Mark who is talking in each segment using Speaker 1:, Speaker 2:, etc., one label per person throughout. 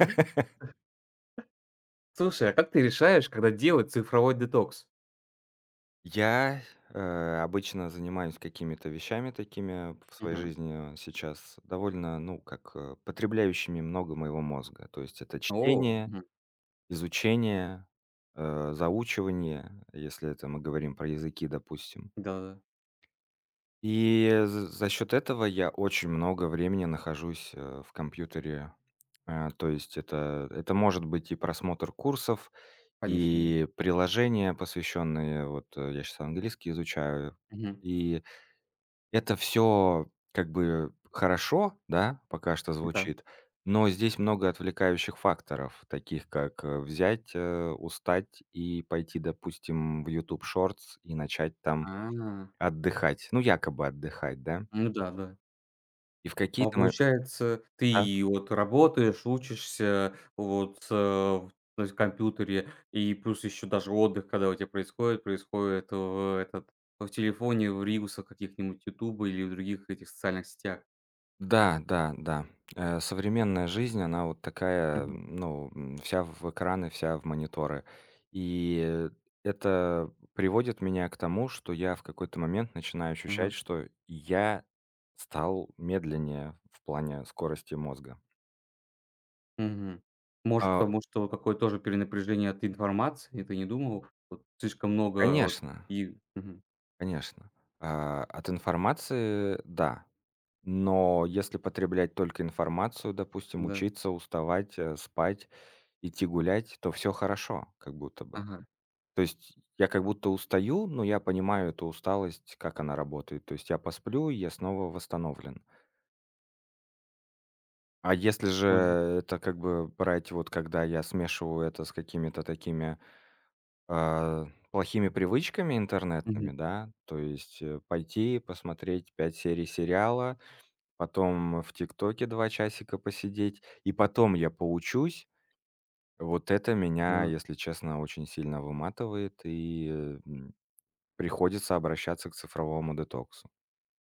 Speaker 1: Слушай, а как ты решаешь, когда делать цифровой детокс?
Speaker 2: Я, Обычно занимаюсь какими-то вещами такими в своей
Speaker 1: Мгм.
Speaker 2: жизни сейчас довольно, ну, как, потребляющими много моего мозга. То есть это
Speaker 1: О,
Speaker 2: чтение,
Speaker 1: мгм.
Speaker 2: изучение, заучивание, если это мы говорим про языки, допустим.
Speaker 1: Да,
Speaker 2: И з за счет этого я очень много времени нахожусь, в компьютере. То есть это может быть и просмотр курсов,
Speaker 1: конечно,
Speaker 2: и приложения, посвященные вот, я сейчас английский изучаю.
Speaker 1: мгм.
Speaker 2: И это все как бы хорошо, да, пока что
Speaker 1: Да.
Speaker 2: звучит, но здесь много отвлекающих факторов, таких как, взять, устать и пойти, допустим, в YouTube Shorts и начать там
Speaker 1: А.
Speaker 2: отдыхать. Ну, якобы отдыхать, да.
Speaker 1: Ну да, да.
Speaker 2: И в
Speaker 1: А
Speaker 2: какие-то мо
Speaker 1: получается, ты
Speaker 2: Да.
Speaker 1: и вот работаешь, учишься вот, в то есть компьютере, и плюс еще даже отдых, когда у тебя происходит в телефоне, в рилсах каких-нибудь "Ютуба" или в других этих социальных сетях.
Speaker 2: Да, да, да. Современная жизнь, она вот такая,
Speaker 1: Мгм.
Speaker 2: ну, вся в экраны, вся в мониторы. И это приводит меня к тому, что я в какой-то момент начинаю
Speaker 1: Ага.
Speaker 2: ощущать, что я стал медленнее в плане скорости мозга.
Speaker 1: Мгм. Может,
Speaker 2: А,
Speaker 1: потому что какое-то тоже перенапряжение от информации, ты не думал? Вот слишком много вот.
Speaker 2: Конечно,
Speaker 1: И мгм,
Speaker 2: конечно. От информации- да. Но если потреблять только информацию, допустим,
Speaker 1: да,
Speaker 2: учиться, уставать, спать, идти гулять, то все хорошо как будто бы.
Speaker 1: ага,
Speaker 2: То есть я как будто устаю, но я понимаю эту усталость, как она работает. То есть я посплю, и я снова восстановлен. А если же
Speaker 1: понял.
Speaker 2: это как бы брать, вот когда я смешиваю это с какими-то такими, плохими привычками
Speaker 1: Мгм,
Speaker 2: интернетными, да, то есть, пойти посмотреть 5 серий сериала, потом в "ТикТоке" 2 часика посидеть, и потом я поучусь. Вот это меня,
Speaker 1: да,
Speaker 2: если честно, очень сильно выматывает, и, приходится обращаться к цифровому детоксу.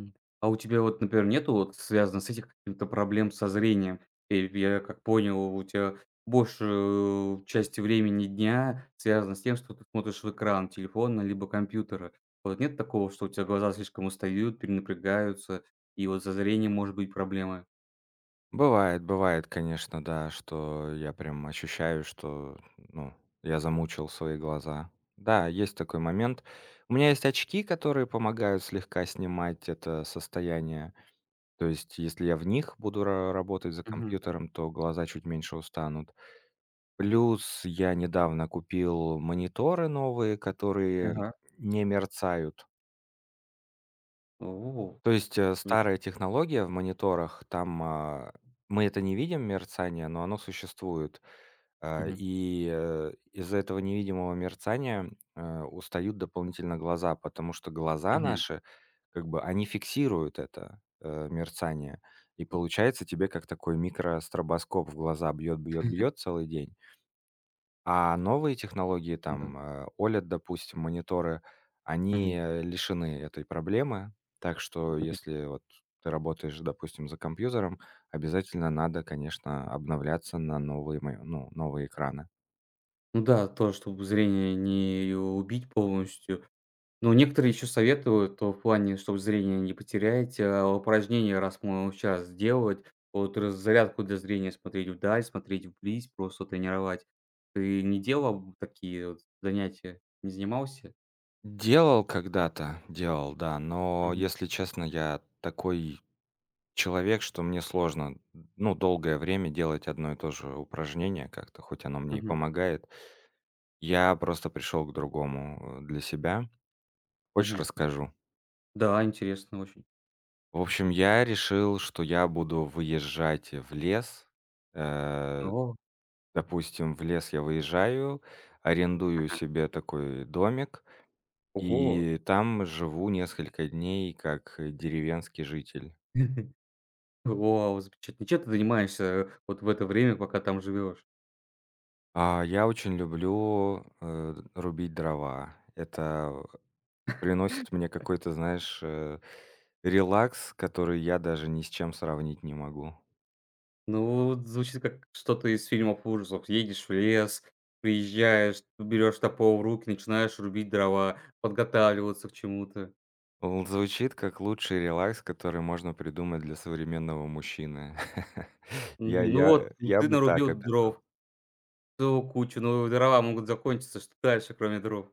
Speaker 1: м. А у тебя вот, например, нету вот связано с этим каких-то проблем со зрением? И я как понял, у тебя больше части времени дня связано с тем, что ты смотришь в экран телефона либо компьютера. Вот нет такого, что у тебя глаза слишком устают, перенапрягаются, и вот со зрением может быть проблема?
Speaker 2: Бывает, бывает, конечно, да, что я прям ощущаю, что, ну, я замучил свои глаза. Да, есть такой момент. У меня есть очки, которые помогают слегка снимать это состояние. То есть, если я в них буду ра работать за
Speaker 1: Мгм.
Speaker 2: компьютером, то глаза чуть меньше устанут. Плюс я недавно купил мониторы новые, которые
Speaker 1: Ага.
Speaker 2: не мерцают.
Speaker 1: О.
Speaker 2: То есть,
Speaker 1: Понимаешь?
Speaker 2: старая технология в мониторах, там, мы это не видим, мерцание, но оно существует.
Speaker 1: Мгм.
Speaker 2: Из-за этого невидимого мерцания, устают дополнительно глаза, потому что глаза
Speaker 1: Мгм.
Speaker 2: наши, как бы, они фиксируют это, мерцание. И получается, тебе как такой микростробоскоп в глаза бьет бьет целый день. А новые технологии,
Speaker 1: Да.
Speaker 2: там, OLED, допустим, мониторы,
Speaker 1: Мгм.
Speaker 2: они, лишены этой проблемы. Так
Speaker 1: Ну,
Speaker 2: что
Speaker 1: конечно.
Speaker 2: если вот ты работаешь, допустим, за компьютером, обязательно надо, конечно, обновляться на новые, ну, новые экраны.
Speaker 1: Ну да, то, чтобы зрение не убить полностью. Но некоторые еще советуют, то в плане, чтобы зрение не потерять, а, упражнения раз мы сейчас делать. Вот раз зарядку для зрения смотреть вдаль, смотреть вблизь, просто тренировать. Ты не делал такие вот занятия? Не занимался?
Speaker 2: Делал когда-то, делал, да, но,
Speaker 1: Мгм.
Speaker 2: если честно, я такой человек, что мне сложно, ну, долгое время делать одно и то же упражнение как-то, хоть оно мне и
Speaker 1: Мгм.
Speaker 2: помогает. Я просто пришел к другому для себя. Хочешь,
Speaker 1: Мгм.
Speaker 2: расскажу?
Speaker 1: Да, интересно очень.
Speaker 2: В общем, я решил, что я буду выезжать в лес. Э,
Speaker 1: О,
Speaker 2: Допустим, в лес я выезжаю, арендую
Speaker 1: ага.
Speaker 2: себе такой домик
Speaker 1: Ого!
Speaker 2: и там живу несколько дней как деревенский житель.
Speaker 1: Вау, замечательно. Чем ты занимаешься, вот в это время, пока там живешь?
Speaker 2: Я очень люблю, рубить дрова. Это приносит мне какой-то, знаешь, релакс, который я даже ни с чем сравнить не могу.
Speaker 1: Ну, вот звучит как что-то из фильмов ужасов. Едешь в лес, приезжаешь, берешь топор в руки, начинаешь рубить дрова, подготавливаться к чему-то.
Speaker 2: Л Звучит как лучший релакс, который можно придумать для современного мужчины. Я
Speaker 1: Мгм. Ну вот,
Speaker 2: я
Speaker 1: ну
Speaker 2: я
Speaker 1: ты
Speaker 2: бы так
Speaker 1: нарубил
Speaker 2: описал.
Speaker 1: дров, целую кучу, но дрова могут закончиться. Что дальше, кроме дров?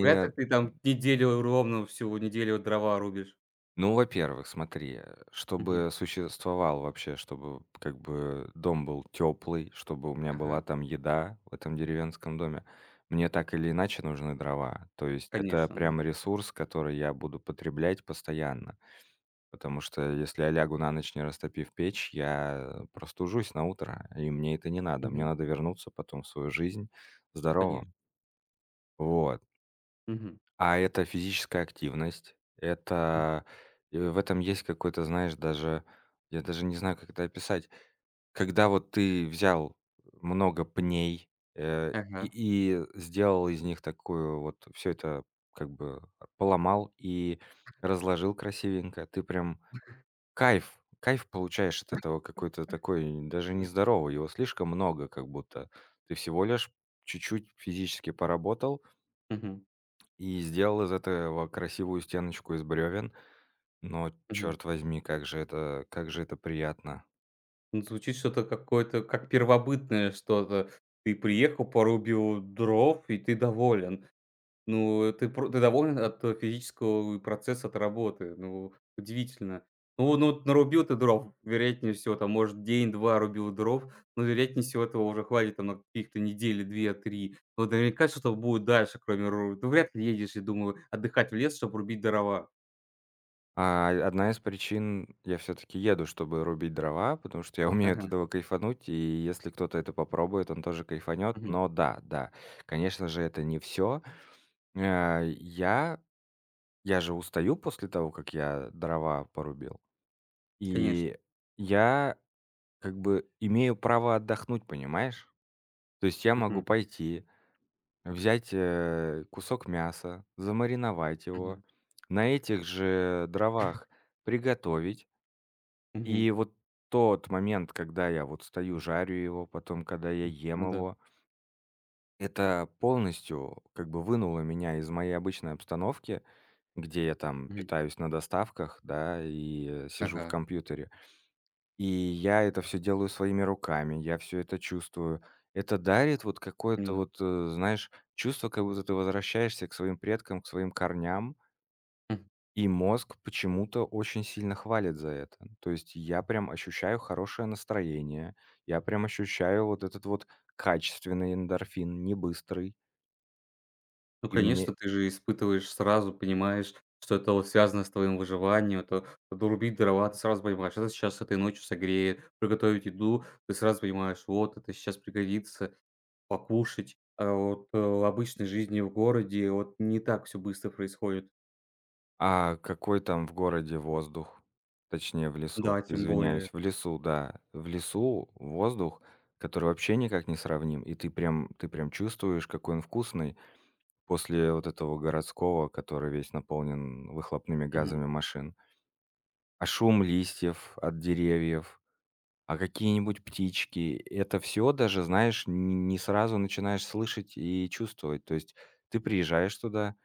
Speaker 1: Вряд ли ты там неделю ровно, всю неделю дрова рубишь.
Speaker 2: ну, во-первых, смотри,
Speaker 1: Мгм.
Speaker 2: чтобы существовал вообще, чтобы как бы дом был теплый, чтобы у меня была
Speaker 1: Ага.
Speaker 2: там еда в этом деревенском доме, мне так или иначе нужны дрова. То есть это
Speaker 1: Конечно, да.
Speaker 2: прям ресурс, который я буду потреблять постоянно. Потому что если я лягу на ночь, не растопив печь, я простужусь на утро, и мне это не надо. Мне
Speaker 1: Мгм.
Speaker 2: надо вернуться потом в свою жизнь
Speaker 1: Конечно.
Speaker 2: здоровым. Вот.
Speaker 1: Мгм.
Speaker 2: А это физическая активность,
Speaker 1: М.
Speaker 2: это и в этом есть какой-то, знаешь, даже я даже не знаю, как это описать. Когда вот ты взял много пней, э, и
Speaker 1: Ага.
Speaker 2: и сделал из них такую вот все это как бы поломал и разложил красивенько, ты прям кайф, кайф получаешь от этого какой-то такой, даже нездоровый, его слишком много как будто. Ты всего лишь чуть-чуть физически поработал
Speaker 1: Мгм.
Speaker 2: и сделал из этого красивую стеночку из брёвен, но,
Speaker 1: Мгм.
Speaker 2: черт возьми, как же это приятно.
Speaker 1: Ну, звучит что-то какое-то, как первобытное что-то. Ты приехал, порубил дров, и ты доволен. Ну, ты доволен от, физического процесса от работы. Ну, удивительно. Ну ну вот нарубил ты дров, вероятнее всего, там, может, день-два рубил дров, но, вероятнее всего, этого уже хватит там на каких-то недели 2-3. Вот наверняка что-то будет дальше, кроме ру ты вряд ли едешь, я думаю, отдыхать в лес, чтобы рубить дрова.
Speaker 2: Одна из причин я все таки еду, чтобы рубить дрова, потому что я умею от
Speaker 1: Ага,
Speaker 2: этого кайфануть, и если кто-то это попробует, он тоже кайфанет.
Speaker 1: мгм,
Speaker 2: Но да, да, конечно же, это не все. я Я же устаю после того, как я дрова порубил.
Speaker 1: конечно.
Speaker 2: И я как бы имею право отдохнуть, понимаешь? То есть я могу
Speaker 1: Мгм,
Speaker 2: пойти, взять, кусок мяса, замариновать его,
Speaker 1: мгм,
Speaker 2: на этих же дровах приготовить. И
Speaker 1: мгм,
Speaker 2: вот тот момент, когда я вот стою, жарю его, потом, когда я
Speaker 1: ну
Speaker 2: ем
Speaker 1: да.
Speaker 2: его, это полностью как бы вынуло меня из моей обычной обстановки, где я там
Speaker 1: Мгм.
Speaker 2: питаюсь на доставках, да, и, сижу в
Speaker 1: Ага.
Speaker 2: компьютере. И я это все делаю своими руками, я все это чувствую. Это дарит вот какое-то
Speaker 1: Да.
Speaker 2: вот, знаешь, чувство, как будто ты возвращаешься к своим предкам, к своим корням,
Speaker 1: М.
Speaker 2: и мозг почему-то очень сильно хвалит за это. То есть я прям ощущаю хорошее настроение, я прям ощущаю вот этот вот качественный эндорфин, не быстрый.
Speaker 1: Ну,
Speaker 2: И мне
Speaker 1: конечно, ты же испытываешь сразу, понимаешь, что это вот связано с твоим выживанием. Это дурбить дрова", ты сразу понимаешь, это сейчас этой ночью согреет. Приготовить еду, ты сразу понимаешь, вот это сейчас пригодится покушать. А вот, в обычной жизни в городе вот не так все быстро происходит.
Speaker 2: А какой там в городе воздух? Точнее, в лесу.
Speaker 1: Да, тем более.
Speaker 2: Извиняюсь, в лесу, да. В лесу воздух, который вообще никак не сравним, и ты прям чувствуешь, какой он вкусный после вот этого городского, который весь наполнен выхлопными
Speaker 1: Мгм.
Speaker 2: газами машин. А шум листьев от деревьев, а какие-нибудь птички- это все даже, знаешь, н не сразу начинаешь слышать и чувствовать. То есть ты приезжаешь туда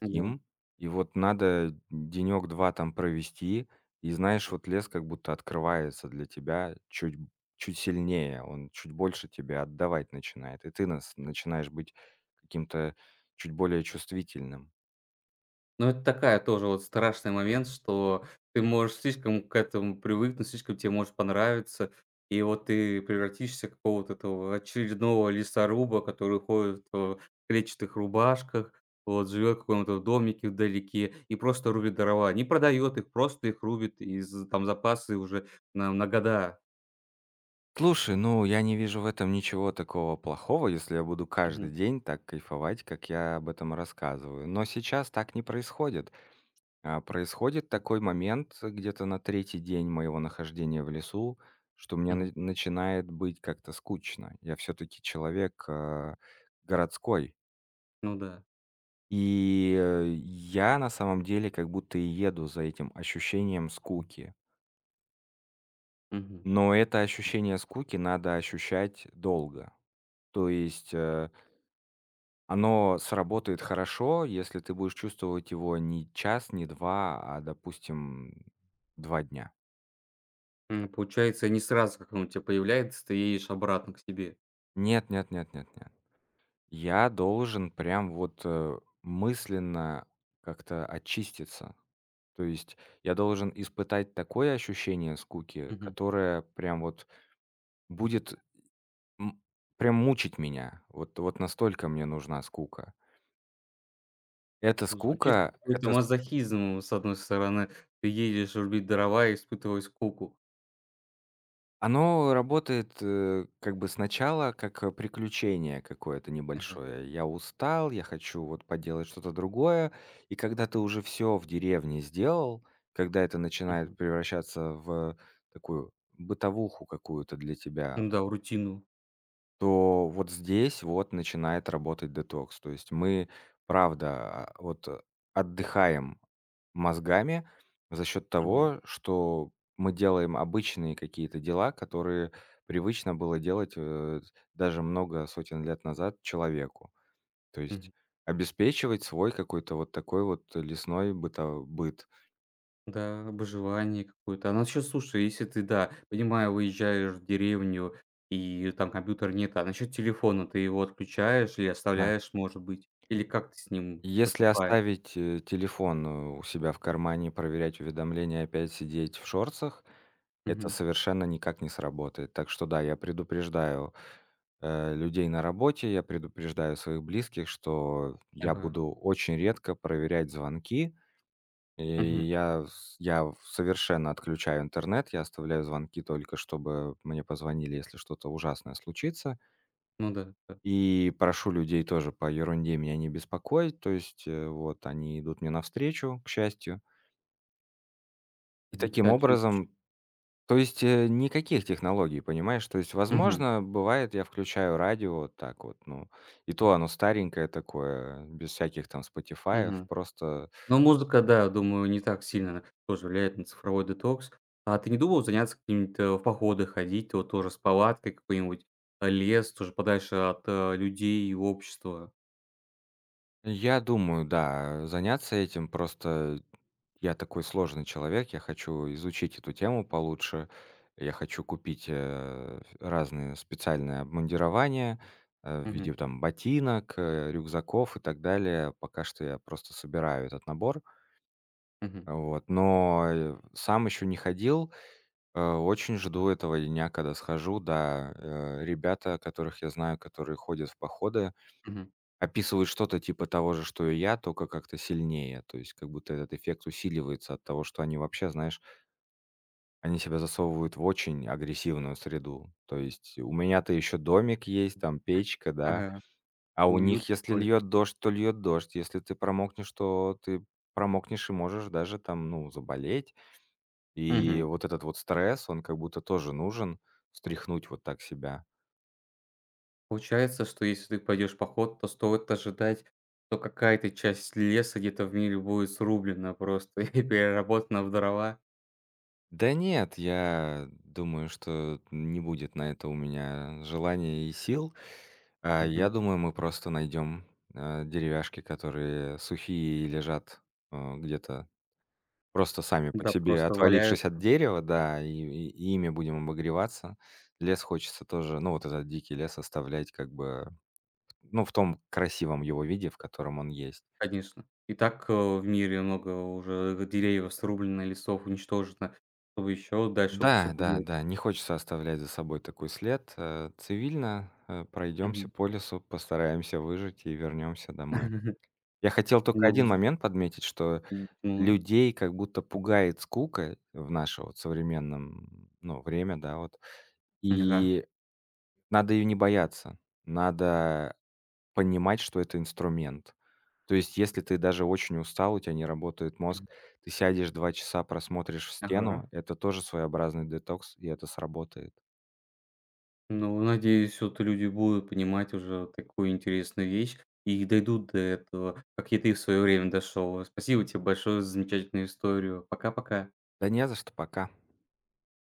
Speaker 1: Да.
Speaker 2: И вот надо денек-два там провести. И знаешь, вот лес как будто открывается для тебя чуть сильнее, он чуть больше тебе отдавать начинает. И ты нас начинаешь быть каким-то чуть более чувствительным.
Speaker 1: Ну, это такая тоже вот страшный момент, что ты можешь слишком к этому привыкнуть, слишком тебе может понравиться. И вот ты превратишься в какого-то этого очередного лесоруба, который ходит в клетчатых рубашках, вот, живет в каком-то домике вдалеке и просто рубит дрова. Не продает их, просто их рубит из там запасы уже на года.
Speaker 2: Слушай, ну я не вижу в этом ничего такого плохого, если я буду каждый
Speaker 1: Мгм.
Speaker 2: день так кайфовать, как я об этом рассказываю. Но сейчас так не происходит. Происходит такой момент где-то на третий день моего нахождения в лесу, что мне
Speaker 1: Мгм.
Speaker 2: на начинает быть как-то скучно. Я все таки человек, городской.
Speaker 1: Ну да.
Speaker 2: Я на самом деле как будто и еду за этим ощущением скуки.
Speaker 1: Мгм.
Speaker 2: Но это ощущение скуки надо ощущать долго. То есть, оно сработает хорошо, если ты будешь чувствовать его не час, не 2, а, допустим, 2 дня.
Speaker 1: М, получается, не сразу, как он у тебя появляется, ты едешь обратно к себе.
Speaker 2: Нет, нет, нет, нет, нет. Я должен прям вот, мысленно как-то очиститься. То есть я должен испытать такое ощущение скуки,
Speaker 1: Мгм.
Speaker 2: которое прям вот будет, м, прям мучить меня. Вот вот настолько мне нужна скука. Эта
Speaker 1: Ну, звучит как
Speaker 2: скука
Speaker 1: какой-то
Speaker 2: это
Speaker 1: мазохизм, с одной стороны. Ты едешь рубить дрова и испытываешь скуку.
Speaker 2: Оно работает, как бы сначала как, приключение какое-то
Speaker 1: Ага.
Speaker 2: небольшое. Я устал, я хочу вот поделать что-то другое. И когда ты уже все в деревне сделал, когда это начинает
Speaker 1: Мгм.
Speaker 2: превращаться в такую бытовуху какую-то для тебя,
Speaker 1: Ну да, рутину.
Speaker 2: то вот здесь вот начинает работать детокс. То есть мы, правда, отдыхаем мозгами за счет
Speaker 1: Мгм.
Speaker 2: того, что мы делаем обычные какие-то дела, которые привычно было делать даже много сотен лет назад человеку. То
Speaker 1: Мгм.
Speaker 2: есть обеспечивать свой какой-то вот такой вот лесной быт.
Speaker 1: Да, обживание какое-то. А насчет, слушай, если ты, да, понимаю, уезжаешь в деревню и там компьютер нет, а насчет телефона ты его отключаешь или
Speaker 2: Да.
Speaker 1: оставляешь, может быть? Или как ты с ним
Speaker 2: Если
Speaker 1: поступаешь?
Speaker 2: оставить телефон у себя в кармане, проверять уведомления, опять сидеть в шорцах, это
Speaker 1: Мгм.
Speaker 2: совершенно никак не сработает. Так что да, я предупреждаю, людей на работе, я предупреждаю своих близких, что я
Speaker 1: Ага.
Speaker 2: буду очень редко проверять звонки. И
Speaker 1: Мгм.
Speaker 2: я совершенно отключаю интернет, я оставляю звонки только, чтобы мне позвонили, если что-то ужасное случится.
Speaker 1: Ну да, да.
Speaker 2: И прошу людей тоже по ерунде меня не беспокоить. То есть, вот они идут мне навстречу, к счастью. И таким
Speaker 1: Замечательно звучит.
Speaker 2: образом То есть, никаких технологий, понимаешь? То есть,
Speaker 1: Мгм.
Speaker 2: возможно, бывает, я включаю радио вот так вот, ну, и то оно старенькое такое, без всяких там "Спотифаев",
Speaker 1: Мгм.
Speaker 2: просто.
Speaker 1: Но музыка, да, думаю, не так сильно тоже влияет на цифровой детокс. А ты не думал заняться какими-то в походы ходить, вот тоже с палаткой какой-нибудь, лес, тоже подальше от, людей и общества?
Speaker 2: Я думаю, да, заняться этим. Просто я такой сложный человек, я хочу изучить эту тему получше. Я хочу купить, разные специальные обмундирования, в
Speaker 1: Мгм,
Speaker 2: виде там ботинок, рюкзаков и так далее. Пока что я просто собираю этот набор.
Speaker 1: мгм,
Speaker 2: Вот, но, сам еще не ходил. Очень жду этого дня, когда схожу. Да, ребята, которых я знаю, которые ходят в походы,
Speaker 1: мгм.
Speaker 2: описывают что-то типа того же, что и я, только как-то сильнее. То есть как будто этот эффект усиливается от того, что они вообще, знаешь, они себя засовывают в очень агрессивную среду. То есть у меня-то еще домик есть, там печка, да,
Speaker 1: Ага,
Speaker 2: а у
Speaker 1: уют
Speaker 2: них, если
Speaker 1: такой.
Speaker 2: льет дождь, то льет дождь. Если ты промокнешь, то ты промокнешь и можешь даже там, ну, заболеть. И
Speaker 1: Мгм.
Speaker 2: вот этот вот стресс, он как будто тоже нужен, встряхнуть вот так себя.
Speaker 1: Получается, что если ты пойдешь в поход, то стоит ожидать, что какая-то часть леса где-то в мире будет срублена просто и переработана в дрова.
Speaker 2: Да нет, я думаю, что не будет на это у меня желания и сил.
Speaker 1: Мгм.
Speaker 2: Я думаю, мы просто найдем, деревяшки, которые сухие и лежат, где-то просто сами по
Speaker 1: Да,
Speaker 2: себе,
Speaker 1: просто
Speaker 2: отвалившись от
Speaker 1: валяются.
Speaker 2: дерева, да, и и ими будем обогреваться. Лес хочется тоже, ну, вот этот дикий лес оставлять как бы, ну, в том красивом его виде, в котором он есть.
Speaker 1: Конечно. И так, в мире много уже деревьев срублено, лесов уничтожено, чтобы еще дальше
Speaker 2: Да, да,
Speaker 1: усугублять.
Speaker 2: да, не хочется оставлять за собой такой след. Цивильно, пройдемся
Speaker 1: Мгм.
Speaker 2: по лесу, постараемся выжить и вернемся домой. Я хотел только
Speaker 1: Ну,
Speaker 2: один
Speaker 1: з
Speaker 2: момент подметить, что
Speaker 1: ну,
Speaker 2: людей как будто пугает скука в наше вот современном, ну, время, да, вот.
Speaker 1: ага,
Speaker 2: И надо ее не бояться. Надо понимать, что это инструмент. То есть если ты даже очень устал, у тебя не работает мозг,
Speaker 1: м,
Speaker 2: ты сядешь 2 часа, просмотришь в стену.
Speaker 1: ага.
Speaker 2: Это тоже своеобразный детокс, и это сработает.
Speaker 1: Ну, надеюсь, вот люди будут понимать уже такую интересную вещь и дойдут до этого, как и ты в свое время дошел. Спасибо тебе большое за замечательную историю. Пока-пока.
Speaker 2: Да не за что, пока.